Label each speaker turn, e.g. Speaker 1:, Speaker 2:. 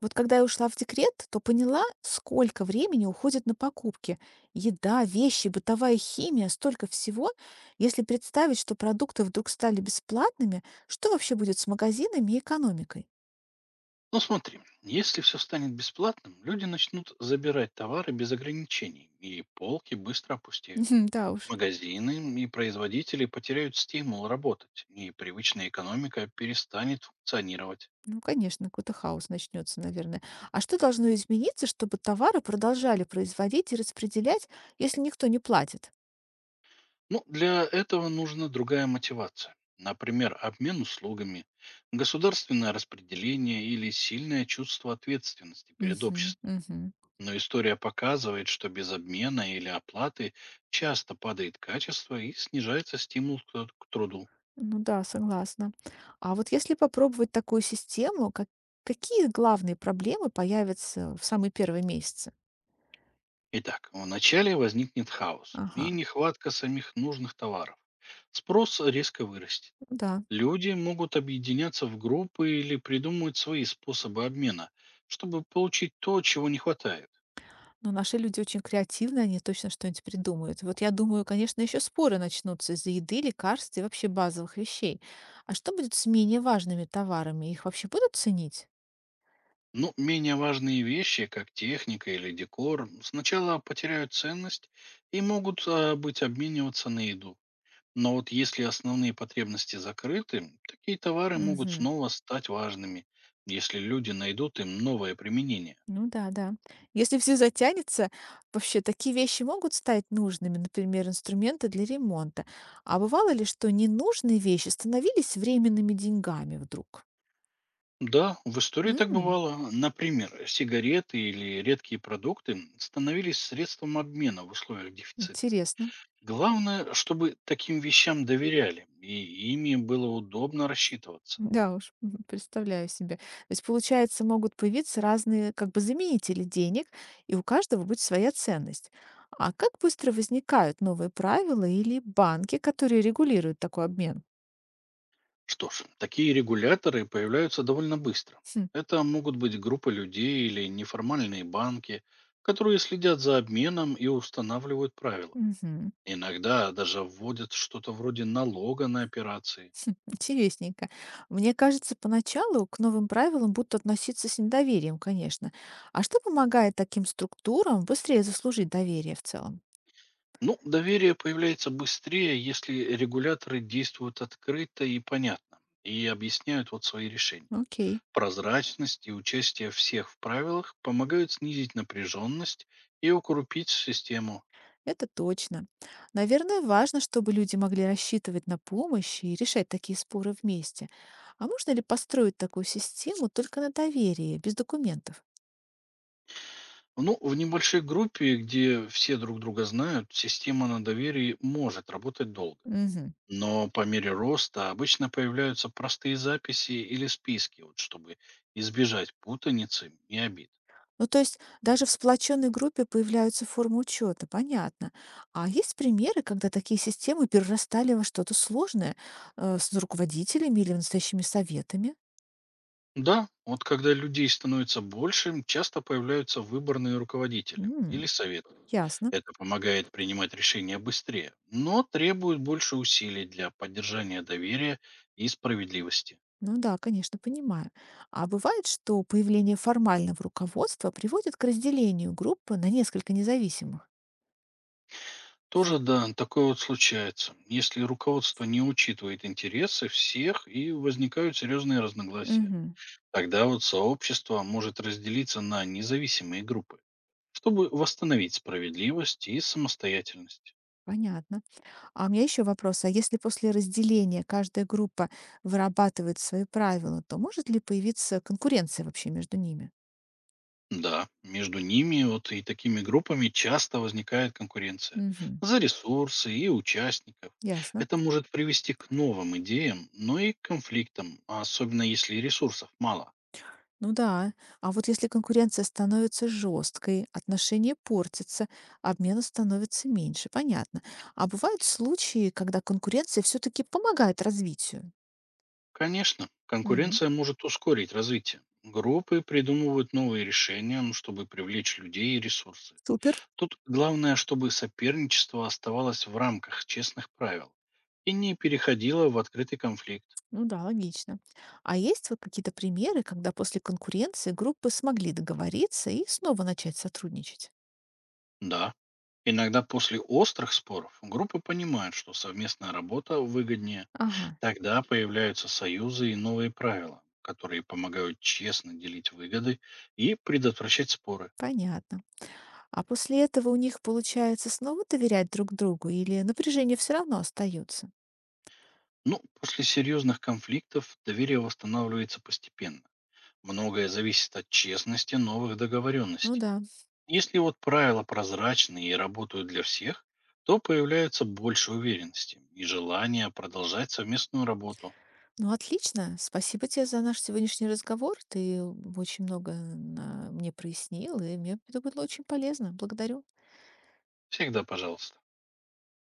Speaker 1: Вот когда я ушла в декрет, то поняла, сколько времени уходит на покупки. Еда, вещи, бытовая химия, столько всего. Если представить, что продукты вдруг стали бесплатными, что вообще будет с магазинами и экономикой?
Speaker 2: Ну смотри, если все станет бесплатным, люди начнут забирать товары без ограничений, и полки быстро опустеют.
Speaker 1: Мгм, да уж,
Speaker 2: Магазины и производители потеряют стимул работать, и привычная экономика перестанет функционировать.
Speaker 1: ну, конечно, какой-то хаос начнется, наверное. А что должно измениться, чтобы товары продолжали производить и распределять, если никто не платит?
Speaker 2: Ну, для этого нужна другая мотивация. Например, обмен услугами, государственное распределение или сильное чувство ответственности перед
Speaker 1: Мгм.
Speaker 2: обществом. Но история показывает, что без обмена или оплаты часто падает качество и снижается стимул к труду.
Speaker 1: Ну да, согласна. А вот если попробовать такую систему, как какие главные проблемы появятся в самые первые месяцы?
Speaker 2: Итак, вначале возникнет хаос и
Speaker 1: Ага,
Speaker 2: нехватка самих нужных товаров. Спрос резко вырастет.
Speaker 1: ну да.
Speaker 2: Люди могут объединяться в группы или придумывать свои способы обмена, чтобы получить то, чего не хватает.
Speaker 1: Но наши люди очень креативны, они точно что-нибудь придумают. Вот я думаю, конечно, еще споры начнутся из-за еды, лекарств и вообще базовых вещей. А что будет с менее важными товарами? Их вообще будут ценить?
Speaker 2: Но менее важные вещи, как техника или декор, сначала потеряют ценность и могут быть обмениваться на еду. Но вот если основные потребности закрыты, такие товары могут
Speaker 1: Мгм.
Speaker 2: снова стать важными, если люди найдут им новое применение.
Speaker 1: Ну да, да. Если все затянется, вообще такие вещи могут стать нужными, например, инструменты для ремонта. А бывало ли, что ненужные вещи становились временными деньгами вдруг?
Speaker 2: Да, в истории так
Speaker 1: М,
Speaker 2: бывало. Например, сигареты или редкие продукты становились средством обмена в условиях дефицита.
Speaker 1: интересно.
Speaker 2: Главное, чтобы таким вещам доверяли, и ими было удобно рассчитываться.
Speaker 1: Да уж, представляю себе. То есть, получается, могут появиться разные как бы заменители денег, и у каждого будет своя ценность. А как быстро возникают новые правила или банки, которые регулируют такой обмен?
Speaker 2: Что ж, такие регуляторы появляются довольно быстро.
Speaker 1: Хм,
Speaker 2: Это могут быть группы людей или неформальные банки, которые следят за обменом и устанавливают правила.
Speaker 1: мгм.
Speaker 2: Иногда даже вводят что-то вроде налога на операции.
Speaker 1: Хм, интересненько. Мне кажется, поначалу к новым правилам будут относиться с недоверием, конечно. А что помогает таким структурам быстрее заслужить доверие в целом?
Speaker 2: Ну, доверие появляется быстрее, если регуляторы действуют открыто и понятно, и объясняют вот свои решения.
Speaker 1: Окей,
Speaker 2: Прозрачность и участие всех в правилах помогают снизить напряженность и укрупить систему.
Speaker 1: это точно. Наверное, важно, чтобы люди могли рассчитывать на помощь и решать такие споры вместе. А можно ли построить такую систему только на доверии, без документов?
Speaker 2: Ну, в небольшой группе, где все друг друга знают, система на доверии может работать долго.
Speaker 1: Мгм.
Speaker 2: Но по мере роста обычно появляются простые записи или списки, вот, чтобы избежать путаницы и обид.
Speaker 1: Ну, то есть даже в сплоченной группе появляются формы учета, понятно. А есть примеры, когда такие системы перерастали во что-то сложное с руководителями или настоящими советами?
Speaker 2: Да, вот когда людей становится больше, часто появляются выборные руководители или
Speaker 1: М,
Speaker 2: советы.
Speaker 1: ясно.
Speaker 2: Это помогает принимать решения быстрее, но требует больше усилий для поддержания доверия и справедливости.
Speaker 1: Ну да, конечно, понимаю. А бывает, что появление формального руководства приводит к разделению группы на несколько независимых?
Speaker 2: Тоже да, такое вот случается, если руководство не учитывает интересы всех и возникают серьезные разногласия.
Speaker 1: Мгм.
Speaker 2: Тогда вот сообщество может разделиться на независимые группы, чтобы восстановить справедливость и самостоятельность.
Speaker 1: Понятно. А у меня еще вопрос. А если после разделения каждая группа вырабатывает свои правила, то может ли появиться конкуренция вообще между ними?
Speaker 2: Да, между ними вот и такими группами часто возникает конкуренция
Speaker 1: Мгм.
Speaker 2: за ресурсы и участников.
Speaker 1: Ясно.
Speaker 2: Это может привести к новым идеям, но и к конфликтам, а особенно если ресурсов мало.
Speaker 1: Ну да. А вот если конкуренция становится жесткой, отношения портятся, обмена становится меньше. Понятно. А бывают случаи, когда конкуренция все-таки помогает развитию.
Speaker 2: Конечно,
Speaker 1: М,
Speaker 2: конкуренция может ускорить развитие. Группы придумывают новые решения, ну, чтобы привлечь людей и ресурсы.
Speaker 1: супер.
Speaker 2: Тут главное, чтобы соперничество оставалось в рамках честных правил и не переходило в открытый конфликт.
Speaker 1: Ну да, логично. А есть вот какие-то примеры, когда после конкуренции группы смогли договориться и снова начать сотрудничать?
Speaker 2: Да, иногда после острых споров группы понимают, что совместная работа выгоднее.
Speaker 1: Ага,
Speaker 2: Тогда появляются союзы и новые правила, которые помогают честно делить выгоды и предотвращать споры.
Speaker 1: понятно. А после этого у них получается снова доверять друг другу или напряжение все равно остается?
Speaker 2: Ну, после серьезных конфликтов доверие восстанавливается постепенно. Многое зависит от честности новых
Speaker 1: Ну
Speaker 2: договоренностей.
Speaker 1: да.
Speaker 2: Если вот правила прозрачны и работают для всех, то появляется больше уверенности и желания продолжать совместную работу.
Speaker 1: Ну, отлично. Спасибо тебе за наш сегодняшний разговор. Ты очень много мне прояснил, и мне это было очень полезно. Благодарю.
Speaker 2: Всегда пожалуйста.